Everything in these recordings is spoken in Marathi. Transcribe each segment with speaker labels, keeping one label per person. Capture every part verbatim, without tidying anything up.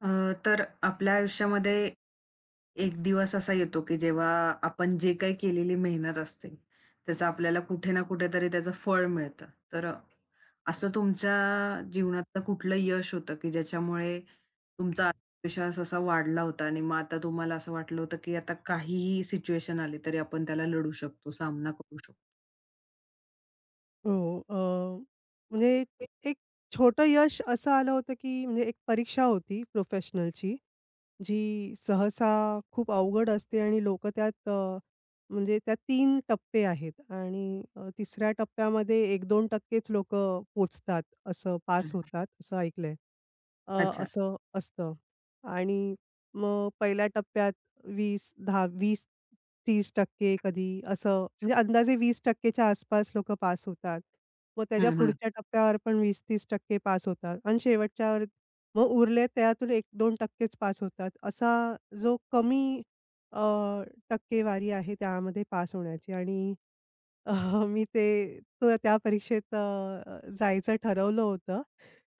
Speaker 1: अ, तर आपल्या आयुष्यामध्ये एक दिवस असा येतो, की जेव्हा आपण जे काही केलेली मेहनत असते, त्याचं आपल्याला कुठे ना कुठेतरी त्याचं फळ मिळतं. तर अ, असं तुमच्या जीवनातलं कुठलं यश होतं, की ज्याच्यामुळे तुमचा आत्मविश्वास असा वाढला होता आणि मग आता तुम्हाला असं वाटलं होतं, की आता काहीही सिच्युएशन आली तरी आपण त्याला लढू शकतो, सामना करू शकतो?
Speaker 2: हो. अ, म्हणजे एक छोटं यश असं आलं होतं, की म्हणजे एक परीक्षा होती प्रोफेशनलची. जी सहसा खूप अवघड असते आणि लोकं त्यात अ, म्हणजे त्यात तीन टप्पे आहेत आणि अ, तिसऱ्या टप्प्यामध्ये एक दोन टक्केच लोकं पोचतात असं पास
Speaker 1: हं.
Speaker 2: होतात, असं ऐकलंय. अ,
Speaker 1: अच्छा.
Speaker 2: असं असतं. आणि मग पहिल्या टप्प्यात वीस, दहा, वीस, तीस टक्के कधी असं म्हणजे अंदाजे वीस टक्के च्या आसपास लोकं पास होतात. मग त्याच्या
Speaker 1: हं, हं.
Speaker 2: पुढच्या टप्प्यावर पण वीस-तीस टक्के पास होतात आणि शेवटच्यावर मग उरले त्यातून एक-दोन टक्के च पास होतात. असा जो कमी अ, टक्केवारी आहे त्यामध्ये पास होण्याची आणि अ, मी ते तो त्या परीक्षेत अ, जायचं ठरवलं होतं.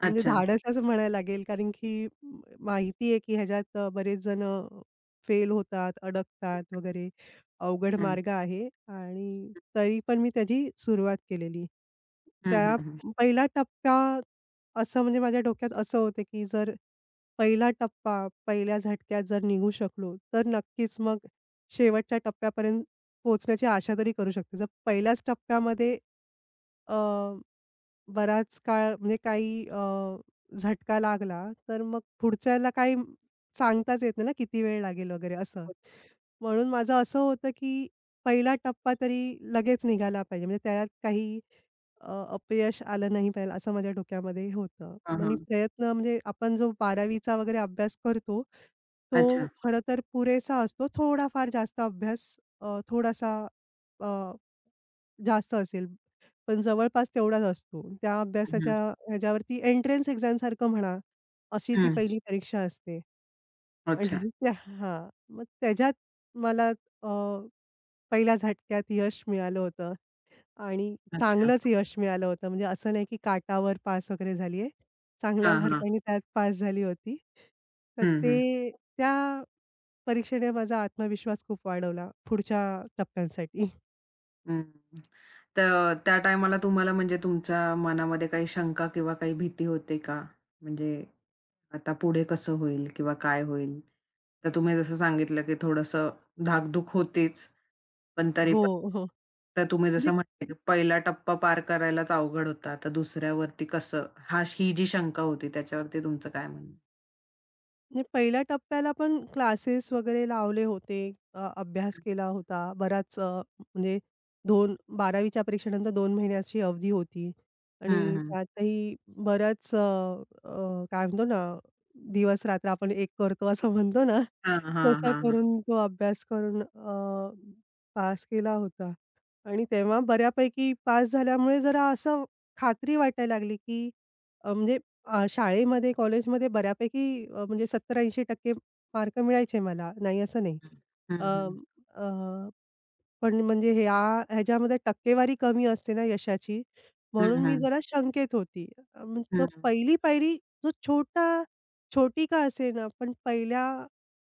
Speaker 2: म्हणजे
Speaker 1: अच्छा.
Speaker 2: धाडसच म्हणायला लागेल कारण की म- माहिती आहे की ह्याच्यात अ, बरेच जण फेल होतात, अडकतात वगैरे. अवघड
Speaker 1: हं.
Speaker 2: मार्ग आहे आणि तरी पण मी त्याची सुरुवात केलेली.
Speaker 1: हं,
Speaker 2: त्या
Speaker 1: हं, हं.
Speaker 2: पहिला टप्पा असं म्हणजे माझ्या डोक्यात असं होतं की जर पहिला टप्पा पहिल्या झटक्यात जर निघू शकलो, तर नक्कीच मग शेवटच्या टप्प्यापर्यंत पोहोचण्याची आशा तरी करू शकते. जर पहिल्याच टप्प्यामध्ये अ, बराच काळ म्हणजे काही अ, झटका लागला, तर मग पुढच्याला काही सांगताच येत नाही ना, किती वेळ लागेल वगैरे असं.
Speaker 1: हो.
Speaker 2: म्हणून माझं असं होतं, की पहिला टप्पा तरी लगेच निघाला पाहिजे. म्हणजे त्यात काही अ, अपयश आलं नाही पाहिजे असं माझ्या डोक्यामध्ये होतं. आणि
Speaker 1: हां,
Speaker 2: प्रयत्न म्हणजे आपण जो 12वीचा वगैरे अभ्यास करतो, तो
Speaker 1: अच्छा.
Speaker 2: खरं तर पुरेसा असतो. थोडाफार जास्त अभ्यास अ, थोडासा जास्त असेल, पण जवळपास तेवढाच असतो. त्या
Speaker 1: हं,
Speaker 2: अभ्यासाच्या ह्याच्यावरती एंट्रन्स एक्झामसारखं म्हणा, अशी ती
Speaker 1: हं.
Speaker 2: पहिली परीक्षा असते आणि
Speaker 1: अच्छा.
Speaker 2: त्या हां, मग त्याच्यात मला अ, पहिल्या झटक्यात यश मिळालं होतं आणि
Speaker 1: अच्छा.
Speaker 2: चांगलंच यश मिळालं होतं. म्हणजे असं नाही की काटावर पास वगैरे झाली, चांगल्या
Speaker 1: हां, हां.
Speaker 2: मार्कांनी त्यात पास झाली होती. तर
Speaker 1: हं, हं.
Speaker 2: ते त्या परीक्षेने माझा आत्मविश्वास खूप वाढवला पुढच्या टप्प्यांसाठी.
Speaker 1: हं. तर त्या टायमाला तुम्हाला म्हणजे तुमच्या मनामध्ये काही शंका किंवा काही भीती होते का? म्हणजे आता पुढे कसं होईल किंवा काय होईल? तर तुम्ही जसं सांगितलं, की थोडंसं धाकधूक होतीच, पण तरी पण
Speaker 2: हो, हो.
Speaker 1: तर तुम्ही
Speaker 2: म्हणजे
Speaker 1: जसं म्हटले, की पहिला टप्पा पार करायलाच अवघड होता. आता दुसऱ्यावरती कसं? हा ही जी शंका होती त्याच्यावरती तुमचं काय म्हणणं?
Speaker 2: नाही, पहिल्या टप्प्याला पण क्लासेस वगैरे लावले होते. अ, अभ्यास केला होता. बराच अ, म्हणजे दोन 12वीच्या परीक्षेनंतर दोन महिन्याची अवधी होती
Speaker 1: हं,
Speaker 2: आणि
Speaker 1: हं.
Speaker 2: त्यातही बऱ्याच अ, अ, काय म्हणतो ना, दिवस-रात्र आपण एक करतो असं म्हणतो ना,
Speaker 1: हां, हां, हां,
Speaker 2: तसा
Speaker 1: हां.
Speaker 2: करून तो अभ्यास करून अ, पास केला होता आणि तेव्हा बऱ्यापैकी पास झाल्यामुळे जरा असं खात्री वाटायला लागली, की अ, म्हणजे अ, शाळेमध्ये, कॉलेजमध्ये बऱ्यापैकी अ, म्हणजे सत्तर-ऐंशी टक्के मार्क मिळायचे मला. नाही असं नाही. अ,
Speaker 1: हं, हं.
Speaker 2: अ, पण म्हणजे ह्या ह्याच्यामध्ये टक्केवारी कमी असते ना यशाची,
Speaker 1: हं,
Speaker 2: म्हणून मी
Speaker 1: हं.
Speaker 2: जरा शंकेत होती. अ, मग तर
Speaker 1: हं.
Speaker 2: पहिली पायरी जो छोटा छोटी का असेना, पण पहिल्या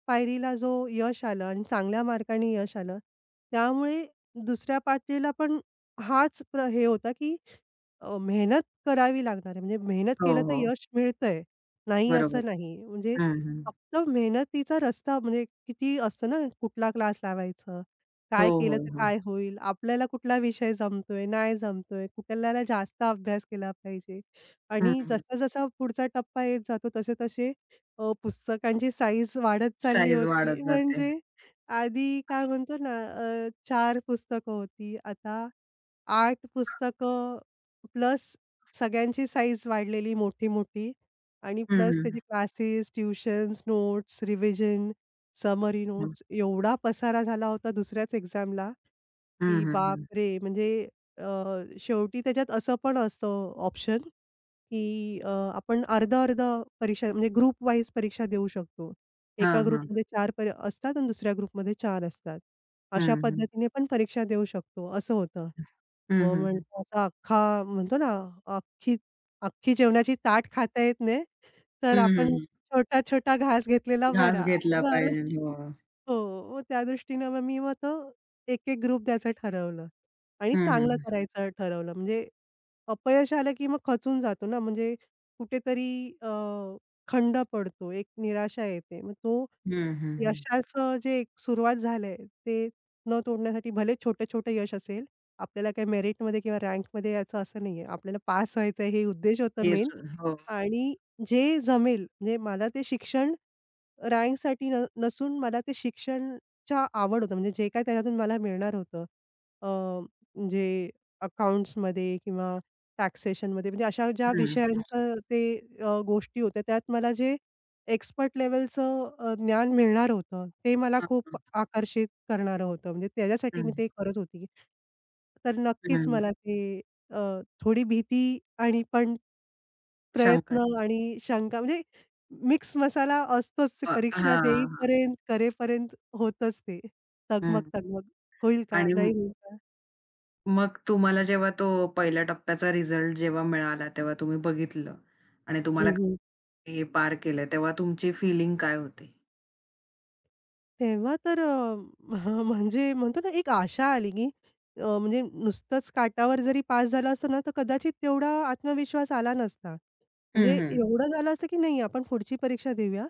Speaker 2: पायरीला जो यश आलं आणि चांगल्या मार्काने यश आलं, त्यामुळे दुसऱ्या पातळीला पण हाच प्र हे होता, की अ, मेहनत करावी लागणार आहे. म्हणजे मेहनत
Speaker 1: हो,
Speaker 2: केलं तर
Speaker 1: हो.
Speaker 2: यश मिळतंय. नाही
Speaker 1: बरोबर.
Speaker 2: असं नाही. म्हणजे
Speaker 1: हं, हं.
Speaker 2: फक्त मेहनतीचा रस्ता म्हणजे किती असतं ना, कुठला क्लास लावायचं?
Speaker 1: हो,
Speaker 2: काय
Speaker 1: हो,
Speaker 2: केलं तर
Speaker 1: हो.
Speaker 2: काय होईल? आपल्याला कुठला विषय जमतोय, नाही जमतोय? कुठल्याला जास्त अभ्यास केला पाहिजे?
Speaker 1: हं,
Speaker 2: आणि
Speaker 1: हं.
Speaker 2: जसा-जसा पुढचा टप्पा येत जातो तसे-तसे अ, पुस्तकांची साईज वाढत चालली
Speaker 1: साईज
Speaker 2: होती.
Speaker 1: वाढत जाते.
Speaker 2: म्हणजे आधी काय म्हणतो ना, अ, चार पुस्तकं होती. आता आठ पुस्तकं प्लस सगळ्यांची साईज वाढलेली मोठी-मोठी आणि
Speaker 1: हं,
Speaker 2: प्लस
Speaker 1: हं.
Speaker 2: त्याचे classes, tuitions, notes, revision, summary
Speaker 1: हं.
Speaker 2: नोट्स एवढा पसारा झाला होता दुसऱ्याच एक्झामला,
Speaker 1: हं,
Speaker 2: की
Speaker 1: हं, हं.
Speaker 2: बापरे! म्हणजे अ, शेवटी त्याच्यात असं पण असतं ऑप्शन, की अ, आपण अर्धं-अर्धं परीक्षा म्हणजे ग्रुप वाईज परीक्षा देऊ शकतो. एका
Speaker 1: हां, हां.
Speaker 2: ग्रुपमध्ये चार पर असतात आणि दुसऱ्या ग्रुपमध्ये चार असतात. अशा
Speaker 1: हं, हं.
Speaker 2: पद्धतीने पण परीक्षा देऊ शकतो, असं होतं.
Speaker 1: हं,
Speaker 2: मग
Speaker 1: हं, हं.
Speaker 2: म्हणलं असा अख्खा म्हणतो ना, अख्खी अख्खी जेवणाची ताट खाता येत नाही, तर
Speaker 1: हं, हं,
Speaker 2: आपण
Speaker 1: हं.
Speaker 2: छोटा-छोटा घास घेतलेला
Speaker 1: घास
Speaker 2: बरा.
Speaker 1: घेतला पाहिजे.
Speaker 2: अर्धा-अर्धा,
Speaker 1: हो.
Speaker 2: हो, मग त्या दृष्टीनं मग मी मग तो एक-एक ग्रुप द्यायचं ठरवलं आणि
Speaker 1: हं,
Speaker 2: चांगलं
Speaker 1: हं.
Speaker 2: करायचं ठरवलं. म्हणजे अपयश आलं की मग खचून जातो ना, म्हणजे कुठेतरी अ, खंड पडतो, एक निराशा येते. मग तो
Speaker 1: हं, हं, हं.
Speaker 2: यशाचं जे एक सुरुवात झालंय, ते न तोडण्यासाठी भले छोटं-छोटं यश असेल, आपल्याला काही मेरिटमध्ये किंवा रँकमध्ये यायचं असं नाहीये. आपल्याला पास व्हायचंय हे उद्देश होता
Speaker 1: हेच
Speaker 2: मेन
Speaker 1: हो.
Speaker 2: आणि जे जमेल म्हणजे मला ते शिक्षण रँकसाठी न नसून मला ते शिक्षणच्या आवड होतं. म्हणजे जे काही त्याच्यातून मला मिळणार होतं. अ, म्हणजे अकाउंट्समध्ये किंवा टॅक्सेशनमध्ये म्हणजे अशा ज्या
Speaker 1: हं.
Speaker 2: विषयांचं ते अ, गोष्टी होत्या त्यात मला जे एक्सपर्ट लेव्हलचं अ, ज्ञान मिळणार होतं, ते मला
Speaker 1: हां,
Speaker 2: खूप
Speaker 1: हां.
Speaker 2: आकर्षित करणारं होतं. म्हणजे त्याच्यासाठी मी
Speaker 1: हं,
Speaker 2: ते करत होती. तर नक्कीच
Speaker 1: हं.
Speaker 2: मला ते अ, थोडी भीती आणि पण
Speaker 1: शंकर.
Speaker 2: प्रयत्न आणि शंका म्हणजे मिक्स मसाला असतोच, ते
Speaker 1: अ,
Speaker 2: परीक्षा
Speaker 1: हां.
Speaker 2: देईपर्यंत, करेपर्यंत होतच ते.
Speaker 1: हं.
Speaker 2: तगमग-तगमग. होईल का?
Speaker 1: आणि
Speaker 2: नाही
Speaker 1: म
Speaker 2: होईल का?
Speaker 1: मग तुम्हाला जेव्हा तो पहिल्या टप्प्याचा रिझल्ट जेव्हा मिळाला, तेव्हा तुम्ही बघितलं आणि तुम्हाला हे पार केलं, तेव्हा तुमची फीलिंग काय होती?
Speaker 2: तेव्हा तर अ, म्ह- म्हणजे म्हणतो ना, एक आशा आली, की अ, म्हणजे नुसतंच काठावर जरी पास झालं असतं ना, तर कदाचित तेवढा आत्मविश्वास आला नसता. म्हणजे
Speaker 1: हं, हं.
Speaker 2: एवढं झालं असतं, की नाही, आपण पुढची परीक्षा देऊया.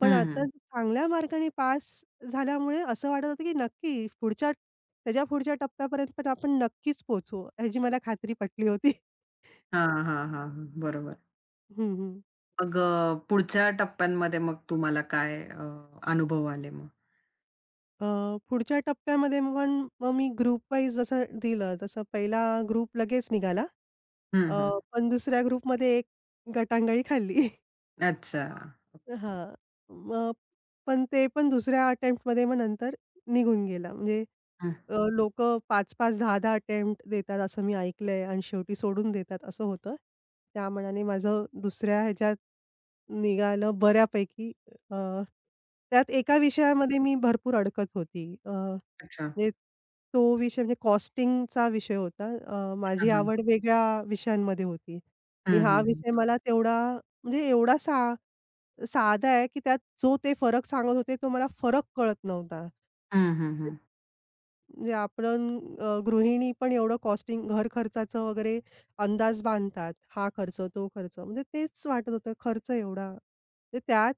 Speaker 2: पण
Speaker 1: हं,
Speaker 2: आता
Speaker 1: हं.
Speaker 2: चांगल्या मार्काने पास झाल्यामुळे असं वाटत होतं, की नक्की पुढच्या त्याच्या पुढच्या टप्प्यापर्यंत पण आपण नक्कीच पोहोचू, ह्याची मला खात्री पटली होती.
Speaker 1: हां, हां, हां, हां. बरोबर.
Speaker 2: हं, हं.
Speaker 1: मग अ, पुढच्या टप्प्यांमध्ये मग तुम्हाला काय अ, अनुभव आले मग?
Speaker 2: अ, पुढच्या टप्प्यामध्ये पण मग मी ग्रुप वाईज जसं दिलं, तसं पहिला ग्रुप लगेच निघाला.
Speaker 1: हं,
Speaker 2: अ,
Speaker 1: हं.
Speaker 2: पण दुसऱ्या ग्रुपमध्ये एक गटांगळी खाल्ली.
Speaker 1: अच्छा.
Speaker 2: हां. मग पण ते पण दुसऱ्या अटेम्प्टमध्ये मग नंतर निघून गेला. म्हणजे
Speaker 1: हं.
Speaker 2: अ, पाच-पाच पाच दहा दहा अटेम्प्ट देतात असं मी ऐकलंय आणि शेवटी सोडून देतात असं होतं. त्या मानाने माझं दुसऱ्या ह्याच्यात निघालं बऱ्यापैकी. अ, त्यात एका विषयामध्ये मी भरपूर अडकत होती. अ,
Speaker 1: अच्छा.
Speaker 2: म्हणजे तो विषय म्हणजे कॉस्टिंगचा विषय होता. अ, माझी
Speaker 1: हां, हां.
Speaker 2: आवड वेगळ्या विषयांमध्ये होती
Speaker 1: हं,
Speaker 2: आणि हा
Speaker 1: हं, हं.
Speaker 2: विषय मला तेवढा म्हणजे एवढा सा साधा आहे, की त्यात जो ते फरक सांगत होते तो मला फरक कळत नव्हता.
Speaker 1: हं, हं, हं.
Speaker 2: म्हणजे आपण अ, गृहिणी पण एवढं कॉस्टिंग घर खर्चाचं वगैरे अंदाज बांधतात. हा खर्च, तो खर्च. म्हणजे तेच वाटत होतं खर्च एवढा. तर त्यात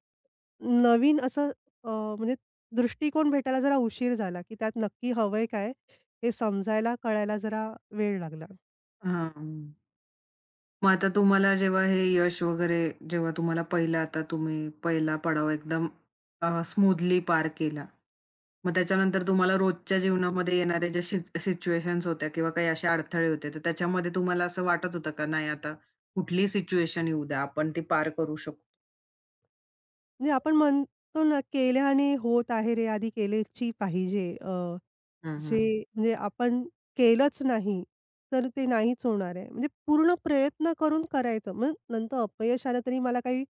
Speaker 2: नवीन असं अ, म्हणजे दृष्टिकोन भेटायला जरा उशीर झाला, की त्यात नक्की हवंय काय? हे समजायला, कळायला जरा वेळ लागला.
Speaker 1: हां. मग आता तुम्हाला जेव्हा हे यश वगैरे जेव्हा तुम्हाला पहिला आता तुम्ही पहिला पडाव एकदम अ, स्मूथली पार केला. मग त्याच्यानंतर तुम्हाला रोजच्या जीवनामध्ये येणाऱ्या ज्या सि सिच्युएशन्स होत्या किंवा काही असे अडथळे होते, तर त्याच्यामध्ये तुम्हाला असं वाटत होतं का नाही आता कुठलीही सिच्युएशन येऊ द्या, आपण ती पार करू शकतो?
Speaker 2: म्हणजे आपण म्हणतो ना, केल्याने होत आहे रे, आधी केलेची पाहिजे.
Speaker 1: हं,
Speaker 2: जे
Speaker 1: हं.
Speaker 2: म्हणजे आपण केलंच नाही, तर ते नाहीच होणार आहे. म्हणजे पूर्ण प्रयत्न करून करायचं. मग नंतर अपयश आलं तरी मला काही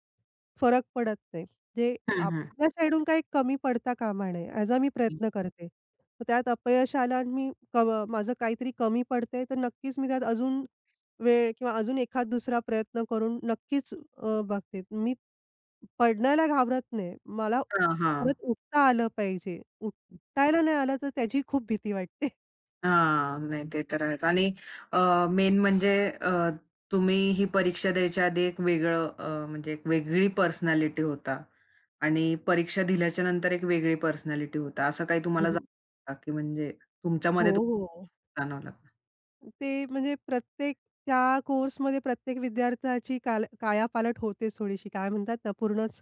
Speaker 2: फरक पडत नाही. म्हणजे
Speaker 1: हं, हं.
Speaker 2: आपल्या साइडून काही कमी पडता कामा नये, ह्याचा मी प्रयत्न करते. मग त्यात अपयश आलं आणि मी कम माझं काहीतरी कमी पडतंय, तर नक्कीच मी त्यात अजून वेळ किंवा अजून एखाद दुसरा प्रयत्न करून नक्कीच अ, बघते. मी पडण्याला घाबरत नाही. मला
Speaker 1: हां, हां.
Speaker 2: परत उठता आलं पाहिजे. उठायला नाही आलं, तर त्याची खूप भीती वाटते.
Speaker 1: हां. नाही ते तर आहेच आणि अ, मेन म्हणजे अ, तुम्ही ही परीक्षा द्यायच्या आधी एक वेगळं अ, म्हणजे एक वेगळी पर्सनॅलिटी होता आणि परीक्षा दिल्याच्या नंतर एक वेगळी पर्सनॅलिटी होता. असं काही तुम्हाला
Speaker 2: हो,
Speaker 1: जाणवलं का? की म्हणजे
Speaker 2: हो,
Speaker 1: तुमच्यामध्ये
Speaker 2: हो.
Speaker 1: तुम्हाला जाणवलं?
Speaker 2: ते म्हणजे प्रत्येक त्या कोर्समध्ये प्रत्येक विद्यार्थ्याची काल कायापालट होतेच थोडीशी. काय म्हणतात ना, पूर्णच.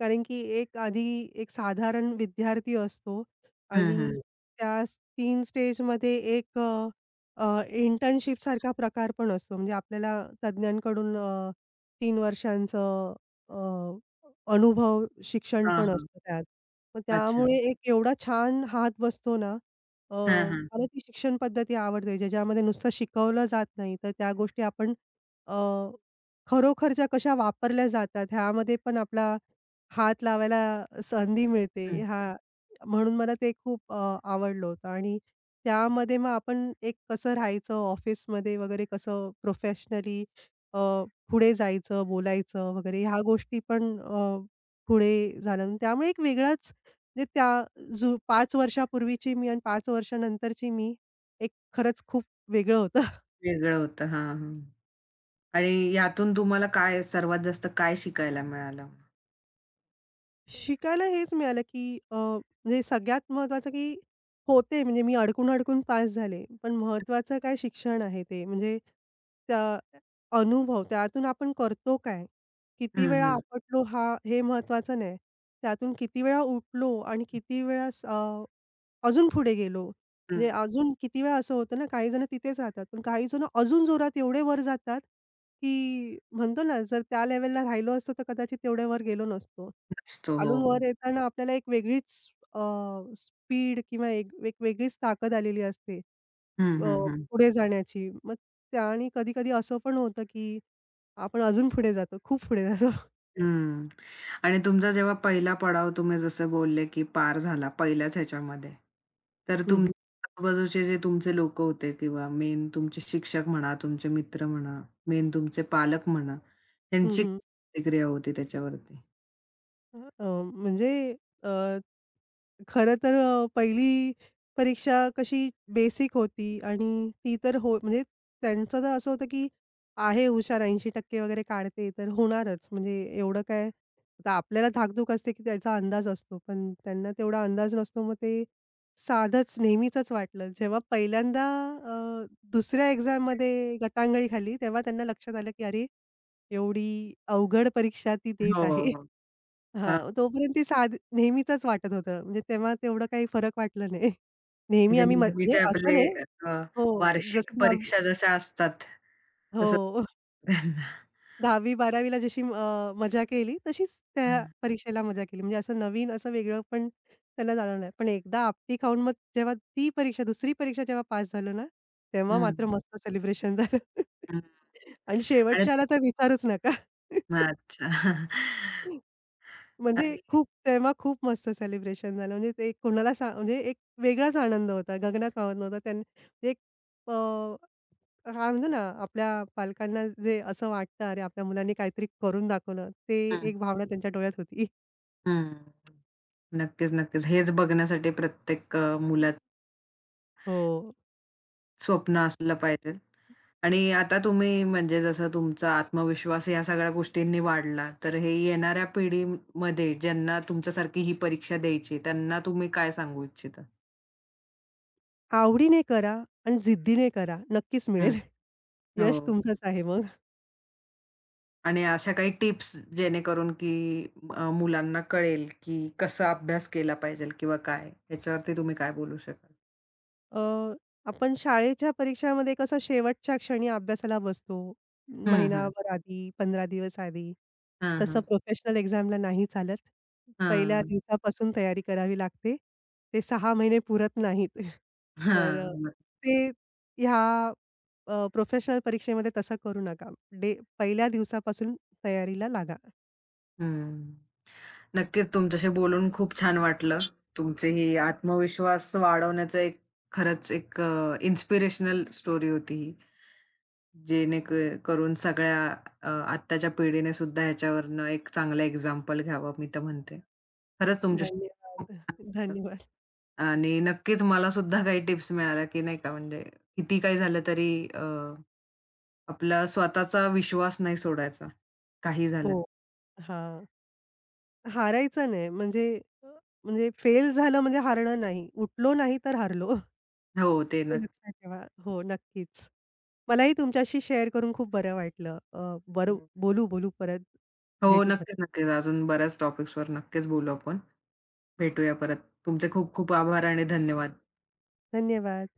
Speaker 2: कारण की एक आधी एक साधारण विद्यार्थी असतो
Speaker 1: हं,
Speaker 2: आणि
Speaker 1: हं.
Speaker 2: त्या तीन स्टेजमध्ये एक अ, अ, प्रकार पण असतो. म्हणजे आपल्याला तज्ञांकडून अ, तीन वर्षांचं अ, अनुभव शिक्षण
Speaker 1: हां,
Speaker 2: पण
Speaker 1: हां.
Speaker 2: असतं त्यात. मग
Speaker 1: अच्छा.
Speaker 2: त्यामुळे एक एवढा छान हात बसतो ना. अ,
Speaker 1: हां, हां.
Speaker 2: मला ती शिक्षण पद्धती आवडते, ज्याच्यामध्ये नुसतं शिकवलं जात नाही, तर त्या गोष्टी आपण अ, खरोखरच्या कशा वापरल्या जातात ह्यामध्ये पण आपला हात लावायला संधी
Speaker 1: हं.
Speaker 2: मिळते. हां, म्हणून मला ते खूप अ, आवडलं होतं आणि त्यामध्ये मग आपण एक कसं राहायचं ऑफिसमध्ये वगैरे, कसं प्रोफेशनली अ, पुढे जायचं, बोलायचं वगैरे ह्या गोष्टी पण अ, पुढे झालं. त्यामुळे एक वेगळाच म्हणजे त्या जु पाच वर्षापूर्वीची मी आणि पाच वर्षानंतरची मी एक खरंच खूप वेगळं होतं.
Speaker 1: वेगळं होतं. हां, हां. आणि यातून तुम्हाला काय सर्वात जास्त काय शिकायला मिळालं?
Speaker 2: शिकायला हेच मिळालं, की अ, म्हणजे सगळ्यात महत्त्वाचं, की होते म्हणजे मी अडकून-अडकून पास झाले. पण महत्त्वाचं काय शिक्षण आहे ते. म्हणजे त्या अनुभव त्यातून आपण करतो काय? किती
Speaker 1: हं,
Speaker 2: वेळा
Speaker 1: हं.
Speaker 2: आपटलो हा हे महत्त्वाचं नाही. त्यातून किती वेळा उठलो आणि किती वेळा स अ, अजून पुढे गेलो. म्हणजे
Speaker 1: हं.
Speaker 2: अजून किती वेळा असं होतं ना, काही जण तिथेच राहतात. पण काही जण अजून जोरात एवढे वर जातात, की म्हणतो ना, जर त्या लेव्हलला राहिलो असतो, तर कदाचित तेवढे वर गेलो नसतो.
Speaker 1: असतो. हो.
Speaker 2: खालून वर येताना आपल्याला एक वेगळीच स्पीड किंवा एक एक वेगळीच ताकद आलेली असते,
Speaker 1: हं,
Speaker 2: अ,
Speaker 1: हं, हं.
Speaker 2: पुढे जाण्याची. मग त्याने कधी-कधी असं पण होतं, की आपण अजून पुढे जातो, खूप पुढे जातो.
Speaker 1: हं. आणि तुमचा जेव्हा पहिला पडाव तुम्ही जसं बोलले, की पार झाला पहिल्याच ह्याच्यामध्ये. तर
Speaker 2: हं, हं.
Speaker 1: तुमच्या आजूबाजूचे जे तुमचे लोकं होते किंवा मेन तुमचे शिक्षक म्हणा, तुमचे मित्र म्हणा, मेन तुमचे पालक म्हणा, त्यांची
Speaker 2: हं,
Speaker 1: प्रतिक्रिया होती त्याच्यावरती?
Speaker 2: अ, म्हणजे खरं तर अ, पहिली परीक्षा कशी बेसिक होती आणि ती तर, हो, म्हणजे त्यांचं तर असं होतं की आहे हुशार, ऐंशी टक्के वगैरे काढते तर होणारच. म्हणजे एवढं काय आता आपल्याला धाकधूक असते की त्याचा अंदाज असतो. पण त्यांना तेवढा अंदाज नसतो. मग ते साधंच नेहमीचंच वाटलं. जेव्हा पहिल्यांदा अ, दुसऱ्या एक्झाममध्ये गटांगळी खाल्ली, तेव्हा त्यांना लक्षात आलं की अरे, एवढी अवघड परीक्षा ती देत
Speaker 1: हो,
Speaker 2: आहे.
Speaker 1: हो. हां,
Speaker 2: हां, तोपर्यंत ती साध नेहमीचंच वाटत होतं. म्हणजे तेव्हा तेवढं काही फरक वाटला नाही. नेहमी
Speaker 1: म्हणजे
Speaker 2: आम्ही म म्हणजे
Speaker 1: नेहमीचे
Speaker 2: असं
Speaker 1: आपले
Speaker 2: नाही,
Speaker 1: अ,
Speaker 2: हो,
Speaker 1: वार्षिक
Speaker 2: जसं
Speaker 1: परीक्षा
Speaker 2: 10वी,
Speaker 1: जशा असतात, तसं
Speaker 2: हो,
Speaker 1: त्यांना.
Speaker 2: 10वी-12वी ला जशी अ, मजा केली तशीच त्या
Speaker 1: हं.
Speaker 2: परीक्षेला मजा केली. म्हणजे असं नवीन, असं वेगळं पण त्याला जाणवलं नाही. पण एकदा आपटी खाऊन मग जेव्हा ती परीक्षा, दुसरी परीक्षा जेव्हा पास झालो ना, तेव्हा मात्र मस्त सेलिब्रेशन झालं.
Speaker 1: हं,
Speaker 2: आणि
Speaker 1: आणि
Speaker 2: शेवटच्याला तर विचारूच नका.
Speaker 1: अच्छा.
Speaker 2: म्हणजे
Speaker 1: आणि
Speaker 2: खूप, तेव्हा खूप मस्त सेलिब्रेशन झालं. म्हणजे ते कोणाला सा म्हणजे एक वेगळाच आनंद होता. गगनात मावत नव्हता. त्यांनी एक अ, काय म्हणतो ना, आपल्या पालकांना जे असं वाटतं, "अरे, आपल्या मुलांनी काहीतरी करून दाखवलं." ते
Speaker 1: हं,
Speaker 2: एक भावना त्यांच्या डोळ्यात होती.
Speaker 1: हं. नक्कीच, नक्कीच. हेच बघण्यासाठी प्रत्येक अ, मुलात
Speaker 2: हो.
Speaker 1: स्वप्न असलं पाहिजे. आणि आता तुम्ही म्हणजे जसं तुमचा आत्मविश्वास या सगळ्या गोष्टींनी वाढला, तर हे येणाऱ्या पिढीमध्ये ज्यांना तुमच्यासारखी ही परीक्षा द्यायची, त्यांना तुम्ही काय सांगू इच्छिता?
Speaker 2: आवडीने करा आणि जिद्दीने करा. नक्कीच
Speaker 1: हं.
Speaker 2: मिळेल. यश
Speaker 1: हो.
Speaker 2: तुमचंच आहे मग.
Speaker 1: आणि अशा काही टिप्स जेणेकरून की अ, मुलांना कळेल की कसा अभ्यास केला पाहिजे किंवा काय? याच्यावरती तुम्ही काय बोलू शकाल?
Speaker 2: अ, हं. आपण शाळेच्या परीक्षामध्ये कसं शेवटच्या क्षणी अभ्यासाला बसतो.
Speaker 1: हं, हं.
Speaker 2: महिनाभर आधी, पंधरा दिवस आधी.
Speaker 1: हां,
Speaker 2: तसं
Speaker 1: हां.
Speaker 2: प्रोफेशनल एक्झामला नाही चालत. पहिल्या
Speaker 1: हां.
Speaker 2: दिवसापासून तयारी करावी लागते. ते सहा महिने पुरत नाहीत. तर अ,
Speaker 1: हां. बरं.
Speaker 2: ते ह्या अ, प्रोफेशनल परीक्षेमध्ये तसं करू नका. डे पहिल्या दिवसापासून तयारीला लागा.
Speaker 1: हं. नक्कीच तुमच्याशी बोलून खूप छान वाटलं. तुमचे ही आत्मविश्वास वाढवण्याचं एक खरंच एक अ, इन्स्पिरेशनल स्टोरी होती ही. जेणेक करून सगळ्या अ, आत्ताच्या पिढीने सुद्धा ह्याच्यावरनं एक चांगलं एक्झाम्पल घ्यावं मी तर म्हणते. खरंच तुमच्याशी खूप
Speaker 2: धन्यवाद.
Speaker 1: छान वाटलं
Speaker 2: धन्यवाद.
Speaker 1: आणि नक्कीच मला सुद्धा काही टिप्स मिळाल्या, की नाही का म्हणजे किती काही झालं तरी अ, आपला स्वतःचा विश्वास नाही सोडायचा, काही
Speaker 2: हो.
Speaker 1: झालं
Speaker 2: हां. हारायचं नाही म्हणजे अ, म्हणजे फेल झालं म्हणजे हारणं नाही. उठलो नाही तर हारलो.
Speaker 1: हो, ते
Speaker 2: हे लक्षात ठेवा. हो, नक्कीच. मलाही तुमच्याशी शेअर करून खूप बरं वाटलं. अ, बरं,
Speaker 1: नक्की.
Speaker 2: बोलू, बोलू परत.
Speaker 1: हो,
Speaker 2: भेटू परत.
Speaker 1: नक्कीच, नक्कीच. अजून बऱ्याच टॉपिक्सवर नक्कीच बोलू आपण. भेटूया परत. तुमचे खूप खूप आभार आणि धन्यवाद.
Speaker 2: धन्यवाद.